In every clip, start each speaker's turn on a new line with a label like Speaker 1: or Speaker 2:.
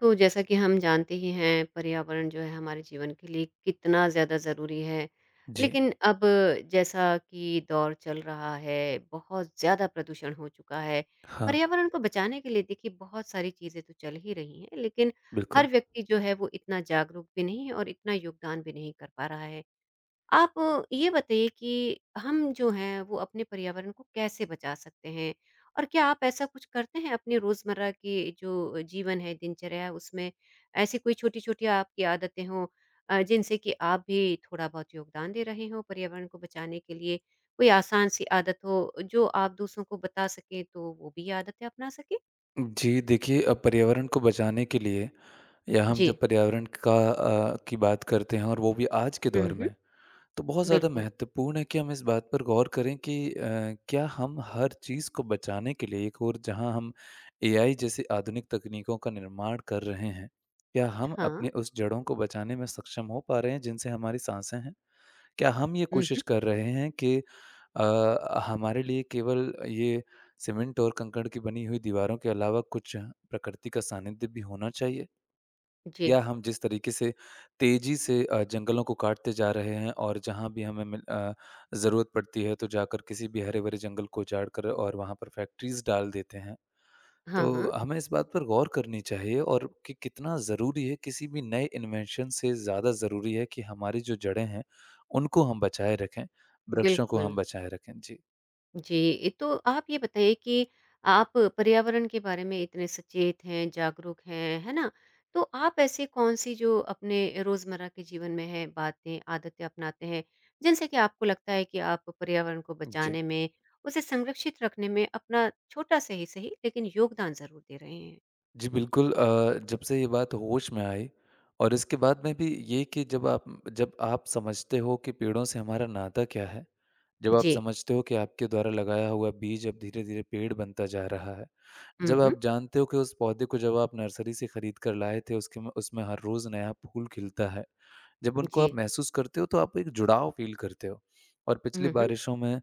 Speaker 1: तो जैसा कि हम जानते ही हैं पर्यावरण जो है हमारे जीवन के लिए कितना ज़्यादा ज़रूरी है।
Speaker 2: जी,
Speaker 1: लेकिन अब जैसा कि दौर चल रहा है, बहुत ज़्यादा प्रदूषण हो चुका है।
Speaker 2: हाँ,
Speaker 1: पर्यावरण को बचाने के लिए देखिए बहुत सारी चीज़ें तो चल ही रही हैं, लेकिन हर
Speaker 2: बिल्कुल।
Speaker 1: व्यक्ति जो है वो इतना जागरूक भी नहीं है और इतना योगदान भी नहीं कर पा रहा है। आप ये बताइए कि हम जो हैं वो अपने पर्यावरण को कैसे बचा सकते हैं? और क्या आप ऐसा कुछ करते हैं अपने रोज़मर्रा की जो जीवन है, दिनचर्या है उसमें? ऐसी कोई छोटी-छोटी आपकी आदतें हों जिनसे कि आप भी थोड़ा-बहुत योगदान दे रहे हों पर्यावरण को बचाने के लिए? कोई आसान-सी आदत हो जो आप दूसरों को बता सकें तो वो भी आदतें अपना सकें?
Speaker 2: जी, देखिए पर्यावरण को बचाने के लिए या हम
Speaker 1: जी।
Speaker 2: जब पर्यावरण का की बात करते हैं और वो भी आज के
Speaker 1: हुँ,
Speaker 2: दौर
Speaker 1: हुँ।
Speaker 2: में, तो बहुत ज़्यादा
Speaker 1: बिल्कुल।
Speaker 2: महत्वपूर्ण है कि हम इस बात पर गौर करें कि क्या हम हर चीज़ को बचाने के लिए एक ओर जहाँ हम एआई जैसी आधुनिक तकनीकों का निर्माण कर रहे हैं, क्या हम
Speaker 1: हाँ।
Speaker 2: अपने उस जड़ों को बचाने में सक्षम हो पा रहे हैं जिनसे हमारी साँसें हैं? क्या हम ये
Speaker 1: हुँ, हुँ।
Speaker 2: कोशिश कर रहे हैं कि हमारे लिए केवल ये सीमेंट और कंकड़ की बनी हुई दीवारों के अलावा कुछ प्रकृति का सानिध्य भी होना चाहिए।
Speaker 1: जी।
Speaker 2: या हम जिस तरीके से तेजी से जंगलों को काटते जा रहे हैं और जहाँ भी हमें ज़रूरत पड़ती है तो जाकर किसी भी हरे भरे जंगल को उजाड़ कर और वहाँ पर फैक्ट्रीज डाल देते हैं।
Speaker 1: हाँ,
Speaker 2: तो
Speaker 1: हाँ।
Speaker 2: हमें इस बात पर गौर करनी चाहिए और कि कितना ज़रूरी है किसी भी नए इन्वेंशन से ज़्यादा ज़रूरी है कि हमारी जो जड़ें हैं उनको हम बचाए रखें, वृक्षों को
Speaker 1: बिल्कुल।
Speaker 2: हम बचाए रखें जी।
Speaker 1: जी, तो आप ये बताइए कि आप पर्यावरण के बारे में इतने सचेत हैं, जागरूक हैं, है ना? तो आप ऐसी कौन-सी जो अपने रोज़मर्रा के जीवन में है बातें, आदतें अपनाते हैं, जिनसे कि आपको लगता है कि आप पर्यावरण को
Speaker 2: जी
Speaker 1: बचाने में, उसे संरक्षित रखने में अपना छोटा सा ही सही लेकिन योगदान ज़रूर दे रहे हैं?
Speaker 2: जी, बिल्कुल। जब से ये बात होश में आई और इसके बाद में भी ये कि जब आप समझते हो कि पेड़ों से हमारा नाता क्या है, जब आप
Speaker 1: जी।
Speaker 2: समझते हो कि आपके द्वारा लगाया हुआ बीज अब धीरे-धीरे पेड़ बनता जा रहा है,
Speaker 1: हुँ,
Speaker 2: जब
Speaker 1: हुँ।
Speaker 2: आप जानते हो कि उस पौधे को जब आप नर्सरी से खरीद कर लाए थे, उसके में उसमें हर रोज़ नया फूल खिलता है, जब उनको
Speaker 1: जी।
Speaker 2: आप महसूस करते हो तो आप एक जुड़ाव फ़ील करते हो। और पिछली
Speaker 1: हुँ, हुँ।
Speaker 2: बारिशों में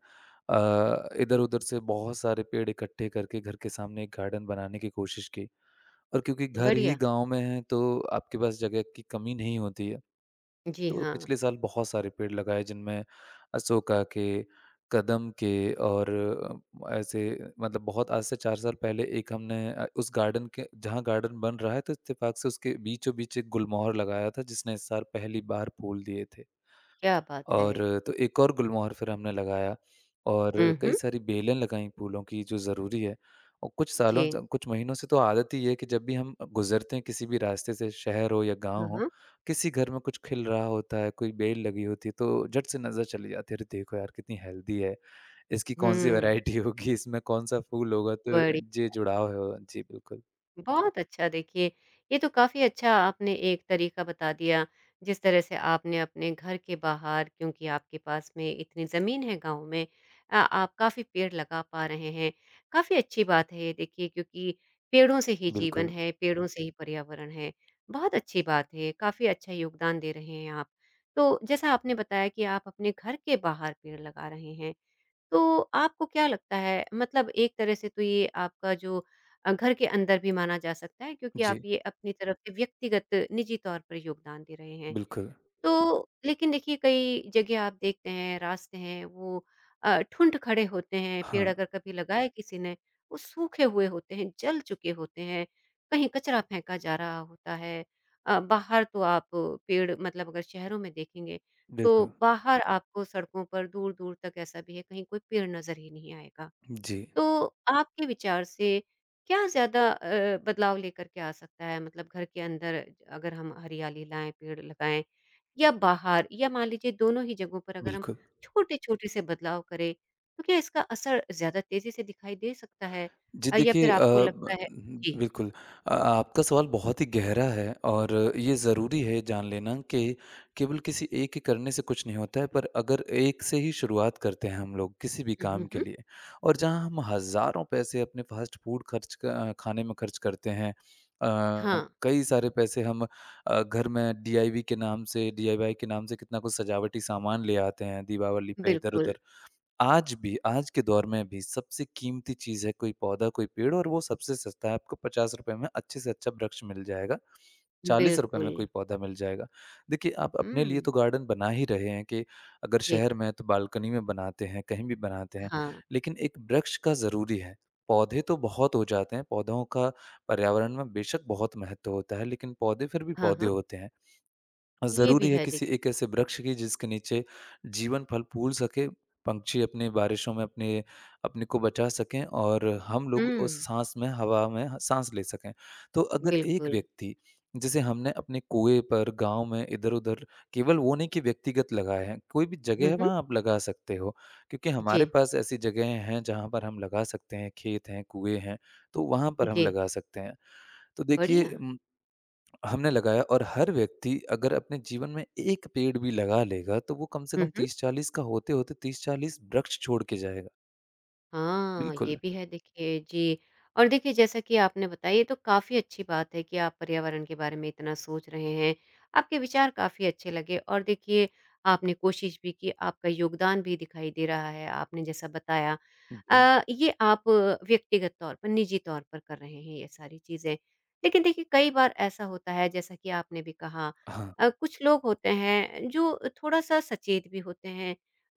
Speaker 2: इधर-उधर से बहुत सारे पेड़ इकट्ठे करके घर के सामने एक गार्डन बनाने की कोशिश की। और क्योंकि घर ही
Speaker 1: बढ़िया।
Speaker 2: गाँव में है तो आपके पास जगह की कमी नहीं होती है।
Speaker 1: जी
Speaker 2: तो
Speaker 1: हाँ,
Speaker 2: पिछले साल बहुत सारे पेड़ लगाए जिनमें अशोका के, कदम के और ऐसे। मतलब बहुत आज से 4 साल पहले एक हमने उस गार्डन के जहाँ गार्डन बन रहा है तो इत्तेफाक से उसके बीचों-बीच एक गुलमोहर लगाया था जिसने इस साल पहली बार फूल दिए थे।
Speaker 1: क्या बात है।
Speaker 2: और तो एक और गुलमोहर फिर हमने लगाया और
Speaker 1: हुँ,
Speaker 2: कई
Speaker 1: हुँ।
Speaker 2: सारी बेलें लगाईं फूलों की जो ज़रूरी है। और कुछ सालों
Speaker 1: जी।
Speaker 2: से कुछ महीनों से तो आदत ही है कि जब भी हम गुज़रते हैं किसी भी रास्ते से शहर हो या गाँव
Speaker 1: हाँ,
Speaker 2: हो,
Speaker 1: हाँ।
Speaker 2: किसी घर में कुछ खिल रहा होता है, कोई बेल लगी होती है तो झट से नज़र चली जाती है, अरे देखो यार कितनी हेल्दी है, इसकी कौन-सी
Speaker 1: हुँ,
Speaker 2: वैरायटी होगी, इसमें कौन-सा फूल होगा तो
Speaker 1: बड़ी
Speaker 2: ये जुड़ाव है। जी, बिल्कुल।
Speaker 1: बहुत अच्छा देखिए, ये तो काफ़ी अच्छा आपने एक तरीका बता दिया, जिस तरह से आपने अपने घर के बाहर क्योंकि आपके पास में इतनी ज़मीन है गाँव में आप काफ़ी पेड़ लगा पा रहे हैं। काफ़ी अच्छी बात है ये देखिए क्योंकि पेड़ों से ही जीवन
Speaker 2: बिल्कुल।
Speaker 1: है, पेड़ों से ही पर्यावरण है। बहुत अच्छी बात है, काफ़ी अच्छा योगदान दे रहे हैं आप। तो जैसा आपने बताया कि आप अपने घर के बाहर पेड़ लगा रहे हैं, तो आपको क्या लगता है मतलब एक तरह से तो ये आपका जो घर के अंदर भी माना जा सकता है क्योंकि आप
Speaker 2: जी,
Speaker 1: ये अपनी तरफ से व्यक्तिगत निजी तौर पर योगदान दे रहे हैं।
Speaker 2: बिल्कुल।
Speaker 1: तो लेकिन देखिए कई जगह आप देखते हैं रास्ते हैं वो ठुंड खड़े होते हैं पेड़
Speaker 2: हाँ,
Speaker 1: अगर कभी लगाए किसी ने वो सूखे हुए होते हैं जल चुके होते हैं कहीं कचरा फेंका जा रहा होता है बाहर तो आप पेड़ मतलब अगर शहरों में देखेंगे तो
Speaker 2: बिल्कुल।
Speaker 1: बाहर आपको सड़कों पर दूर दूर तक ऐसा भी है कहीं कोई पेड़ नजर ही नहीं आएगा
Speaker 2: जी,
Speaker 1: तो आपके विचार से क्या ज़्यादा बदलाव लेकर के आ सकता है? मतलब घर के अंदर अगर हम हरियाली लाएँ, पेड़ लगाएँ या बाहर या मान लीजिए दोनों ही जगहों पर अगर हम
Speaker 2: बिल्कुल।
Speaker 1: छोटे-छोटे से बदलाव करें, तो क्या इसका असर ज़्यादा तेज़ी से दिखाई दे सकता है?
Speaker 2: जी,
Speaker 1: या फिर
Speaker 2: देखिए अ,
Speaker 1: आपको
Speaker 2: ब
Speaker 1: लगता है जी।
Speaker 2: बिल्कुल। आपका सवाल बहुत ही गहरा है और ये ज़रूरी है जान लेना कि केवल किसी एक के करने से कुछ नहीं होता है, पर अगर एक से ही शुरुआत करते हैं हम लोग किसी भी
Speaker 1: हुँ, हुँ,
Speaker 2: काम के
Speaker 1: हुँ।
Speaker 2: लिए। और जहाँ हम हज़ारों पैसे अपने फ़ास्ट फ़ूड खाने में खर्च करते हैं।
Speaker 1: हाँ,
Speaker 2: कई सारे पैसे हम घर में डीआईवी के नाम से डीआईवाई के नाम से कितना कुछ सजावटी सामान ले आते हैं, दीपावली पे
Speaker 1: बिल्कुल,
Speaker 2: इधर-उधर। आज भी, आज के दौर में भी सबसे कीमती चीज़ है कोई पौधा, कोई पेड़ और वो सबसे सस्ता है। आपको ₹50 में अच्छे से अच्छा वृक्ष मिल जाएगा, ₹40
Speaker 1: बिल्कुल।
Speaker 2: में कोई पौधा मिल जाएगा। देखिए, आप अपने लिए तो
Speaker 1: हुँ,
Speaker 2: गार्डन बना ही रहे हैं कि अगर
Speaker 1: जी।
Speaker 2: शहर में है तो बालकनी में बनाते हैं, कहीं भी बनाते हैं,
Speaker 1: हाँ,
Speaker 2: लेकिन एक वृक्ष का ज़रूरी है। पौधे तो बहुत हो जाते हैं, पौधों का पर्यावरण में बेशक बहुत महत्व होता है, लेकिन पौधे फिर भी
Speaker 1: हाँ,
Speaker 2: पौधे
Speaker 1: हाँ।
Speaker 2: होते हैं।
Speaker 1: ये भी
Speaker 2: ज़रूरी है
Speaker 1: है
Speaker 2: किसी
Speaker 1: देखिए।
Speaker 2: एक ऐसे वृक्ष की जिसके नीचे जीवन फल फूल सके, पंछी अपनी बारिशों में अपने अपने को बचा सकें और हम लोग उस
Speaker 1: हुँ,
Speaker 2: साँस में हवा में ह साँस ले सकें। तो अगर एक
Speaker 1: बिल्कुल।
Speaker 2: व्यक्ति जिसे हमने अपने कुएँ पर, गाँव में, इधर-उधर केवल वो नहीं कि व्यक्तिगत लगाए हैं, कोई भी जगह
Speaker 1: हुँ,
Speaker 2: है
Speaker 1: हुँ।
Speaker 2: वहाँ आप लगा सकते हो। क्योंकि हमारे
Speaker 1: जी,
Speaker 2: पास ऐसी जगहें हैं जहाँ पर हम लगा सकते हैं, खेत हैं, कुएँ हैं, तो वहाँ पर हम
Speaker 1: जी।
Speaker 2: लगा सकते हैं। तो देखिए
Speaker 1: बढ़िया।
Speaker 2: हमने लगाया। और हर व्यक्ति अगर अपने जीवन में 1 पेड़ भी लगा लेगा, तो वो कम से
Speaker 1: हुँ,
Speaker 2: कम
Speaker 1: हुँ।
Speaker 2: 30-40 का होते-होते 30-40 वृक्ष छोड़ के जाएगा।
Speaker 1: हाँ, ये
Speaker 2: बिल्कुल।
Speaker 1: भी है देखिए, जी। और देखिए जैसा कि आपने बताया ये तो काफ़ी अच्छी बात है कि आप पर्यावरण के बारे में इतना सोच रहे हैं। आपके विचार काफ़ी अच्छे लगे और देखिए आपने कोशिश भी की, आपका योगदान भी दिखाई दे रहा है, आपने जैसा बताया।
Speaker 2: जी।
Speaker 1: ये आप व्यक्तिगत तौर पर, निजी तौर पर कर रहे हैं ये सारी चीज़ें। लेकिन देखिए कई बार ऐसा होता है जैसा कि आपने भी कहा
Speaker 2: हाँ,
Speaker 1: कुछ लोग होते हैं जो थोड़ा-सा सचेत भी होते हैं,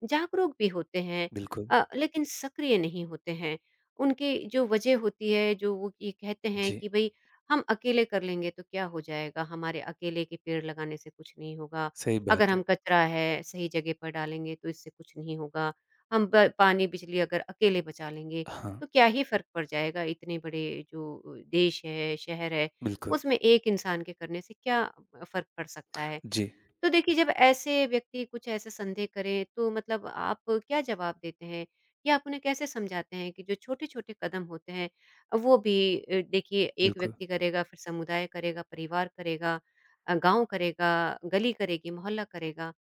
Speaker 1: जागरूक भी होते हैं
Speaker 2: बिल्कुल।
Speaker 1: लेकिन सक्रिय नहीं होते हैं। उनकी जो वजह होती है, जो वो ये कहते हैं
Speaker 2: जी,
Speaker 1: कि भई हम अकेले कर लेंगे तो क्या हो जाएगा? हमारे अकेले के पेड़ लगाने से कुछ नहीं होगा।
Speaker 2: सही
Speaker 1: अगर
Speaker 2: बात है।
Speaker 1: हम कचरा है सही जगह पर डालेंगे तो इससे कुछ नहीं होगा। हम ब पानी, बिजली अगर अकेले बचा लेंगे
Speaker 2: हाँ,
Speaker 1: तो क्या ही फ़र्क पड़ जाएगा? इतने बड़े जो देश है, शहर है,
Speaker 2: बिल्कुल।
Speaker 1: उसमें एक इंसान के करने से क्या फ़र्क पड़ सकता है?
Speaker 2: जी,
Speaker 1: तो देखिए जब ऐसे व्यक्ति कुछ ऐसे संदेह करें तो मतलब आप क्या जवाब देते हैं? या आप उन्हें कैसे समझाते हैं कि जो छोटे-छोटे कदम होते हैं वो भी देखिए एक
Speaker 2: बिल्कुल।
Speaker 1: व्यक्ति करेगा, फिर समुदाय करेगा, परिवार करेगा गाँव करेगा, गली करेगी, मोहल्ला करेगा,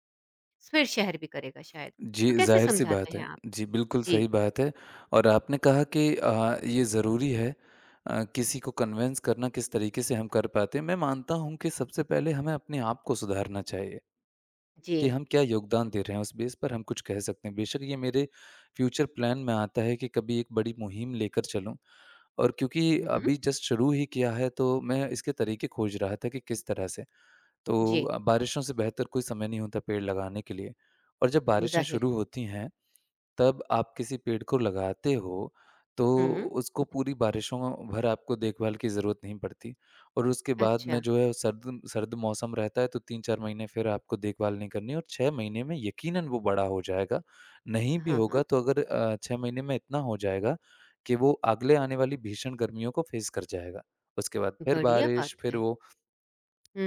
Speaker 1: फिर शहर भी करेगा शायद।
Speaker 2: जी,
Speaker 1: तो कैसे
Speaker 2: ज़ाहिर-सी
Speaker 1: समझाते
Speaker 2: बात
Speaker 1: हैं
Speaker 2: है।
Speaker 1: आप?
Speaker 2: जी, बिल्कुल
Speaker 1: जी,
Speaker 2: सही बात है। और आपने कहा कि ये ज़रूरी है किसी को कन्विंस करना किस तरीके से हम कर पाते हैं। मैं मानता हूँ कि सबसे पहले हमें अपने आप को सुधारना चाहिए।
Speaker 1: जी।
Speaker 2: कि हम क्या योगदान दे रहे हैं, उस बेस पर हम कुछ कह सकते हैं। बेशक ये मेरे फ्यूचर प्लान में आता है कि कभी एक बड़ी मुहिम लेकर चलूँ और क्योंकि
Speaker 1: हुँ, हुँ।
Speaker 2: अभी जस्ट शुरू ही किया है तो मैं इसके तरीके खोज रहा था कि किस तरह से। तो
Speaker 1: जी,
Speaker 2: बारिशों से बेहतर कोई समय नहीं होता पेड़ लगाने के लिए और जब बारिशें
Speaker 1: ज़ाहिर है।
Speaker 2: शुरू होती हैं तब आप किसी पेड़ को लगाते हो, तो
Speaker 1: हुँ,
Speaker 2: उसको पूरी बारिशों भर आपको देखभाल की ज़रूरत नहीं पड़ती और उसके बाद में
Speaker 1: अच्छा।
Speaker 2: जो है सर्द सर्द मौसम रहता है तो 3-4 महीने फिर आपको देखभाल नहीं करनी और 6 महीने में यकीनन वो बड़ा हो जाएगा। नहीं भी
Speaker 1: हाँ,
Speaker 2: होगा
Speaker 1: हाँ।
Speaker 2: तो अगर 6 महीने में इतना हो जाएगा कि वो अगले आने वाली भीषण गर्मियों को फ़ेस कर जाएगा। उसके बाद फिर
Speaker 1: बढ़िया बात
Speaker 2: बारिश, फिर
Speaker 1: है।
Speaker 2: वो।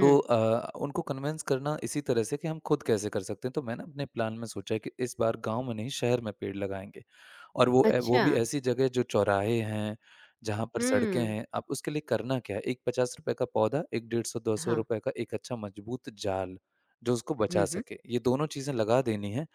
Speaker 2: तो उनको कन्विंस करना इसी तरह से कि हम खुद कैसे कर सकते हैं, तो मैंने अपने प्लान में सोचा है कि इस बार गाँव में नहीं शहर में पेड़ लगाएँगे और वो
Speaker 1: अच्छा।
Speaker 2: भी ऐसी जगह जो चौराहे हैं, जहाँ पर सड़कें
Speaker 1: हुँ,
Speaker 2: हैं। अब उसके लिए करना क्या है, एक ₹50 का पौधा, एक 150-200
Speaker 1: हाँ।
Speaker 2: रुपए का एक अच्छा मजबूत जाल, जो उसको बचा
Speaker 1: हुँ, हुँ।
Speaker 2: सके। ये दोनों चीज़ें लगा देनी है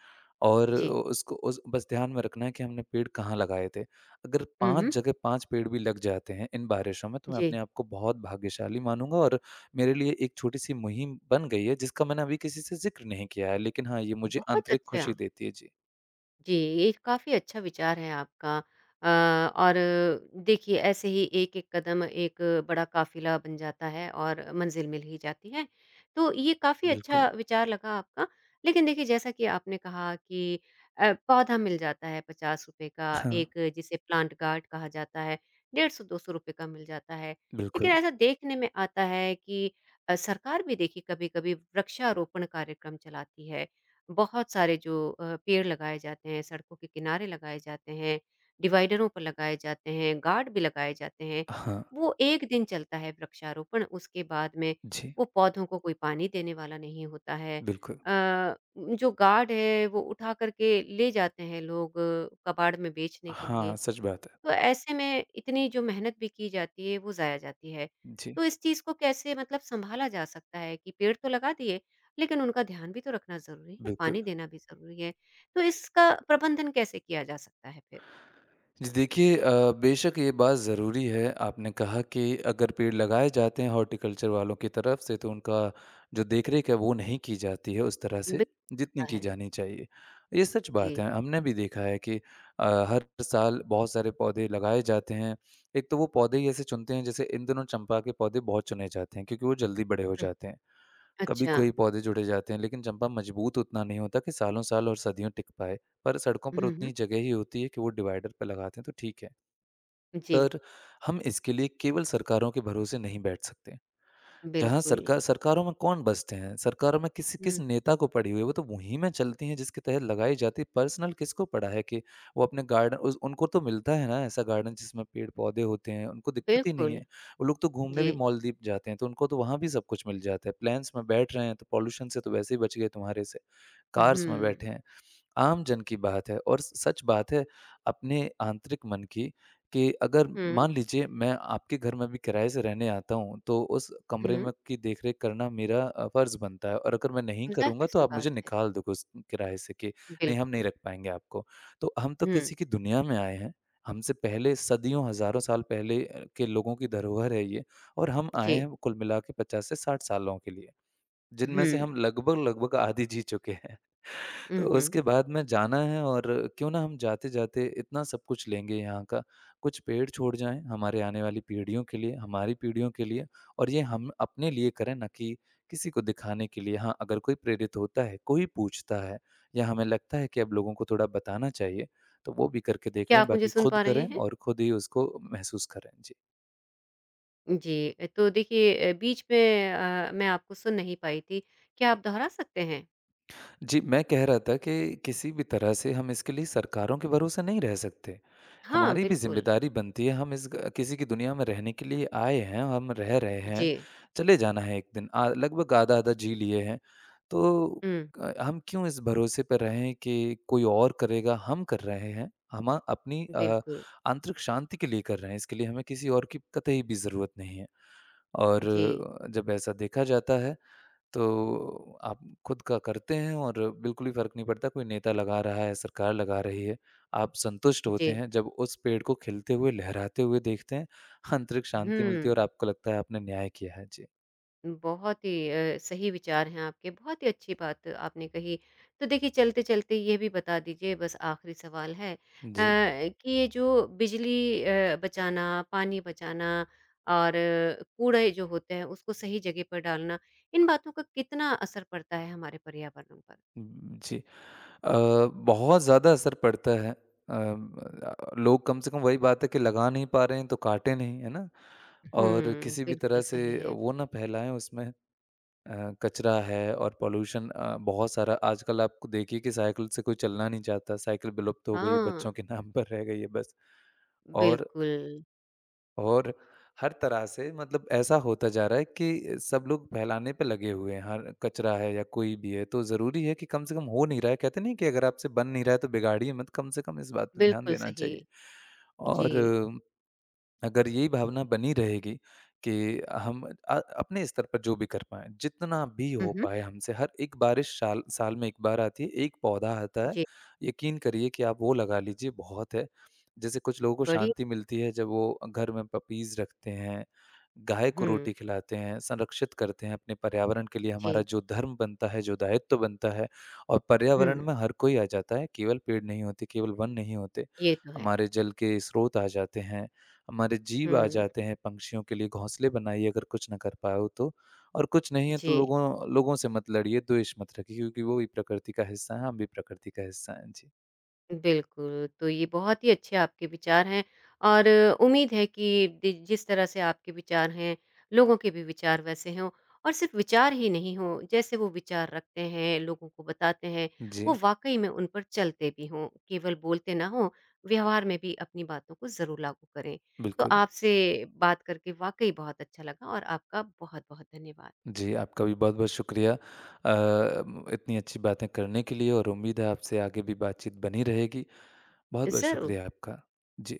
Speaker 2: और
Speaker 1: जी।
Speaker 2: उसको उस बस ध्यान में रखना है कि हमने पेड़ कहाँ लगाए थे। अगर
Speaker 1: हुँ, हुँ।
Speaker 2: 5 जगह 5 पेड़ भी लग जाते हैं इन बारिशों में, तो मैं
Speaker 1: जी,
Speaker 2: अपने आप को बहुत भाग्यशाली मानूँगा और मेरे लिए एक छोटी-सी मुहिम बन गई है, जिसका मैंने अभी किसी से ज़िक्र नहीं किया है, लेकिन हाँ, ये मुझे
Speaker 1: बहुत
Speaker 2: आंतरिक
Speaker 1: अच्छा।
Speaker 2: खुशी देती है। जी।
Speaker 1: जी, ये काफ़ी अच्छा विचार है आपका अ, और देखिए ऐसे ही एक-एक कदम एक बड़ा काफ़िला बन जाता है और मंज़िल मिल ही जाती है। तो ये काफ़ी
Speaker 2: बिल्कुल,
Speaker 1: अच्छा विचार लगा आपका। लेकिन देखिए जैसा कि आपने कहा कि पौधा मिल जाता है ₹50 का,
Speaker 2: हाँ,
Speaker 1: एक जिसे प्लांट गार्ड कहा जाता है, ₹150-200 का मिल जाता है। लेकिन
Speaker 2: बिल्कुल,
Speaker 1: ऐसा देखने में आता है कि सरकार भी देखिए कभी-कभी वृक्षारोपण कार्यक्रम चलाती है। बहुत सारे जो पेड़ लगाए जाते हैं, सड़कों के किनारे लगाए जाते हैं, डिवाइडरों पर लगाए जाते हैं, गार्ड भी लगाए जाते हैं।
Speaker 2: हाँ,
Speaker 1: वो 1 दिन चलता है वृक्षारोपण, उसके बाद में
Speaker 2: जी,
Speaker 1: वो पौधों को कोई पानी देने वाला नहीं होता है।
Speaker 2: बिल्कुल।
Speaker 1: अ, जो गार्ड है वो उठा कर के ले जाते हैं लोग कबाड़ में बेचने के लिए।
Speaker 2: हाँ, सच बात है।
Speaker 1: तो ऐसे में इतनी जो मेहनत भी की जाती है वो ज़ाया जाती है।
Speaker 2: जी,
Speaker 1: तो इस चीज़ को कैसे मतलब सँभाला जा सकता है कि पेड़ तो लगा दिए, लेकिन उनका ध्यान भी तो रखना ज़रूरी है,
Speaker 2: बिल्कुल।
Speaker 1: पानी देना भी ज़रूरी है। तो इसका प्रबंधन कैसे किया जा सकता है फिर?
Speaker 2: जी, देखिए बेशक ये बात ज़रूरी है आपने कहा कि अगर पेड़ लगाए जाते हैं हॉर्टिकल्चर वालों की तरफ से तो उनका जो देखरेख है वो नहीं की जाती है उस तरह
Speaker 1: बिल
Speaker 2: से जितनी
Speaker 1: होता
Speaker 2: की
Speaker 1: है।
Speaker 2: जानी चाहिए। ये सच बात
Speaker 1: जी।
Speaker 2: है, हमने भी देखा है कि हर साल बहुत सारे पौधे लगाए जाते हैं। एक तो वो पौधे ही ऐसे चुनते हैं जैसे इन दिनों चंपा के पौधे बहुत चुने जाते हैं क्योंकि वो जल्दी बड़े हो
Speaker 1: हुँ,
Speaker 2: जाते हैं। कभी
Speaker 1: अच्छा।
Speaker 2: कोई पौधे जुड़े जाते हैं लेकिन चंपा मजबूत उतना नहीं होता कि सालों साल और सदियों टिक पाए। पर सड़कों पर
Speaker 1: हुँ, हुँ।
Speaker 2: उतनी जगह ही होती है कि वो डिवाइडर पर लगाते हैं तो ठीक है।
Speaker 1: जी,
Speaker 2: पर हम इसके लिए केवल सरकारों के भरोसे नहीं बैठ सकते। जहाँ
Speaker 1: बिल्कुल।
Speaker 2: सरकार सरकारों में कौन बसते हैं? सरकारों में किस किस
Speaker 1: हुँ,
Speaker 2: नेता को पड़ी हुई है, वो तो वहीं में चलती हैं जिसके तहत लगाई जाती है। पर्सनल किसको पड़ा है कि वो अपने गार्डन उस उनको तो मिलता है ना ऐसा गार्डन जिसमें पेड़-पौधे होते हैं, उनको दिक्कत ही नहीं
Speaker 1: बिल्कुल।
Speaker 2: है। वो लोग तो घूमने
Speaker 1: जी।
Speaker 2: भी मालदीव जाते हैं, तो उनको तो वहाँ भी सब कुछ मिल जाता है। प्लेन्स में बैठ रहे हैं, तो पॉल्यूशन से तो वैसे ही बच गए तुम्हारे से। कार्स में
Speaker 1: हुँ।
Speaker 2: बैठे हैं, आम जन की बात है और सच बात है अपने आंतरिक मन की कि अगर
Speaker 1: हुँ,
Speaker 2: मान लीजिए मैं आपके घर में भी किराए से रहने आता हूँ, तो उस कमरे
Speaker 1: हुँ।
Speaker 2: में की देख-रेख करना मेरा फ़र्ज़ बनता है और अगर मैं नहीं करूँगा तो
Speaker 1: ज़ाहिर-सी
Speaker 2: आप
Speaker 1: बात
Speaker 2: मुझे
Speaker 1: है।
Speaker 2: निकाल दोगे उस किराए से कि नहीं हम नहीं
Speaker 1: बिल्कुल।
Speaker 2: रख पाएँगे आपको। तो हम तो
Speaker 1: हुँ,
Speaker 2: किसी की दुनिया में आए हैं, हमसे पहले सदियों हज़ारों साल पहले के लोगों की धरोहर है ये और हम आए
Speaker 1: जी।
Speaker 2: हैं कुल मिला के 50 से 60 सालों के लिए, जिनमें
Speaker 1: हुँ।
Speaker 2: से हम लगभग-लगभग आधी जी चुके हैं। तो
Speaker 1: उहुँ।
Speaker 2: उसके बाद में जाना है और क्यों ना हम जाते-जाते इतना सब कुछ लेंगे यहाँ का, कुछ पेड़ छोड़ जाएँ हमारे आने वाली पीढ़ियों के लिए, हमारी पीढ़ियों के लिए और ये हम अपने लिए करें ना कि किसी को दिखाने के लिए। हाँ, अगर कोई प्रेरित होता है, कोई पूछता है या हमें लगता है कि अब लोगों को थोड़ा बताना चाहिए, तो वो भी करके देख
Speaker 1: क्या
Speaker 2: लें,
Speaker 1: आप मुझे
Speaker 2: बाकी
Speaker 1: सुन
Speaker 2: खुद
Speaker 1: पा रहे
Speaker 2: करें
Speaker 1: हैं?
Speaker 2: और खुद ही उसको महसूस करें। जी।
Speaker 1: जी, तो देखिए बीच में मैं आपको सुन नहीं पाई थी। क्या आप दोहरा सकते हैं?
Speaker 2: जी, मैं कह रहा था कि किसी भी तरह से हम इसके लिए सरकारों के भरोसे नहीं रह सकते।
Speaker 1: हाँ,
Speaker 2: हमारी भी
Speaker 1: बिल्कुल।
Speaker 2: ज़िम्मेदारी बनती है, हम इस ग किसी की दुनिया में रहने के लिए आए हैं, हम रह रहे हैं,
Speaker 1: जी।
Speaker 2: चले जाना है एक दिन। लगभग आधा-आधा जी लिए हैं, तो
Speaker 1: हुँ,
Speaker 2: हम क्यों इस भरोसे पे रहें कि कोई और करेगा, हम कर रहे हैं। हम अपनी
Speaker 1: बिल्कुल।
Speaker 2: आंतरिक शांति के लिए कर रहे हैं, इसके लिए हमें किसी और की कतई भी ज़रूरत नहीं है। और
Speaker 1: जी,
Speaker 2: जब ऐसा देखा जाता है तो आप खुद का करते हैं और बिल्कुल भी फ़र्क नहीं पड़ता, कोई नेता लगा रहा है, सरकार लगा रही है। आप संतुष्ट होते
Speaker 1: जी।
Speaker 2: हैं जब उस पेड़ को खिलते हुए, लहराते हुए देखते हैं, आंतरिक शांति मिलती है
Speaker 1: हुँ,
Speaker 2: और आपको लगता है आपने न्याय किया है। जी,
Speaker 1: बहुत ही सही विचार हैं आपके, बहुत ही अच्छी बात आपने कही। तो देखिए चलते-चलते ये भी बता दीजिए बस आखिरी सवाल है
Speaker 2: जी,
Speaker 1: कि ये जो बिजली बचाना, पानी बचाना और कूड़े जो होते हैं उसको सही जगह पर डालना, इन बातों का कितना असर पड़ता है हमारे पर्यावरण पर?
Speaker 2: जी। अ, बहुत ज़्यादा असर पड़ता है। लोग कम से कम वही बात है कि लगा नहीं पा रहे हैं तो काटे नहीं, है ना? और
Speaker 1: हुँ,
Speaker 2: किसी भी
Speaker 1: बिल्कुल
Speaker 2: तरह से
Speaker 1: सही है।
Speaker 2: वो ना फैलाएँ उसमें कचरा है और पॉल्यूशन बहुत सारा। आजकल आप देखिए कि साइकिल से कोई चलना नहीं चाहता, साइकिल विलुप्त हो गई है,
Speaker 1: हाँ,
Speaker 2: बच्चों के नाम पर रह गई है बस। और
Speaker 1: बिल्कुल,
Speaker 2: और हर तरह से मतलब ऐसा होता जा रहा है कि सब लोग फैलाने पे लगे हुए हैं, हर कचरा है या कोई भी है, तो ज़रूरी है कि कम से कम हो नहीं रहा है, कहते नहीं कि अगर आपसे बन नहीं रहा है तो बिगाड़िए मत, कम से कम इस बात पे ध्यान
Speaker 1: बिल्कुल
Speaker 2: देना
Speaker 1: सही।
Speaker 2: चाहिए।
Speaker 1: जी।
Speaker 2: और अगर यही भावना बनी रहेगी कि हम अपने स्तर पर जो भी कर पाएँ, जितना भी
Speaker 1: हुँ,
Speaker 2: हो
Speaker 1: हुँ।
Speaker 2: पाए हमसे हर एक बारिश शाल साल में 1 बार आती है, 1 पौधा आता है।
Speaker 1: जी,
Speaker 2: यकीन करिए कि आप वो लगा लीजिए बहुत है। जैसे कुछ लोगों को
Speaker 1: बड़ी
Speaker 2: शांति मिलती है जब वो घर में पपीज़ रखते हैं, गाय को
Speaker 1: हुँ,
Speaker 2: रोटी खिलाते हैं, संरक्षित करते हैं। अपने पर्यावरण के लिए हमारा
Speaker 1: जी,
Speaker 2: जो धर्म बनता है, जो दायित्व बनता है और पर्यावरण
Speaker 1: हुँ,
Speaker 2: में हर कोई आ जाता है, केवल पेड़ नहीं होते, केवल वन नहीं होते।
Speaker 1: ये तो है।
Speaker 2: हमारे जल के स्रोत आ जाते हैं। हमारे जीव आ
Speaker 1: हुँ,
Speaker 2: जाते हैं, पंक्षियों के लिए घोंसले बनाइए अगर कुछ ना कर पाए हो तो। और कुछ नहीं है तो
Speaker 1: जी।
Speaker 2: लोगों लोगों से मत लड़िए, द्वेष मत रखिए क्योंकि वो भी प्रकृति का हिस्सा हैं, हम भी प्रकृति का हिस्सा हैं। जी।
Speaker 1: बिल्कुल, तो ये बहुत ही अच्छे आपके विचार हैं और उम्मीद है कि दि जिस तरह से आपके विचार हैं, लोगों के भी विचार वैसे हों और सिर्फ़ विचार ही नहीं हों, जैसे वो विचार रखते हैं, लोगों को बताते हैं, वो
Speaker 2: जी,
Speaker 1: वाक़ई में उन पर चलते भी हों, केवल बोलते ना हों, व्यवहार में भी अपनी बातों को ज़रूर लागू करें। तो
Speaker 2: बिल्कुल।
Speaker 1: आपसे बात करके वाक़ई बहुत अच्छा लगा और आपका बहुत-बहुत धन्यवाद।
Speaker 2: जी, आपका भी बहुत-बहुत शुक्रिया अ, म इतनी अच्छी बातें करने के लिए और उम्मीद है आपसे आगे भी बातचीत बनी रहेगी। बहुत-बहुत
Speaker 1: ज़रूर।
Speaker 2: शुक्रिया आपका। जी।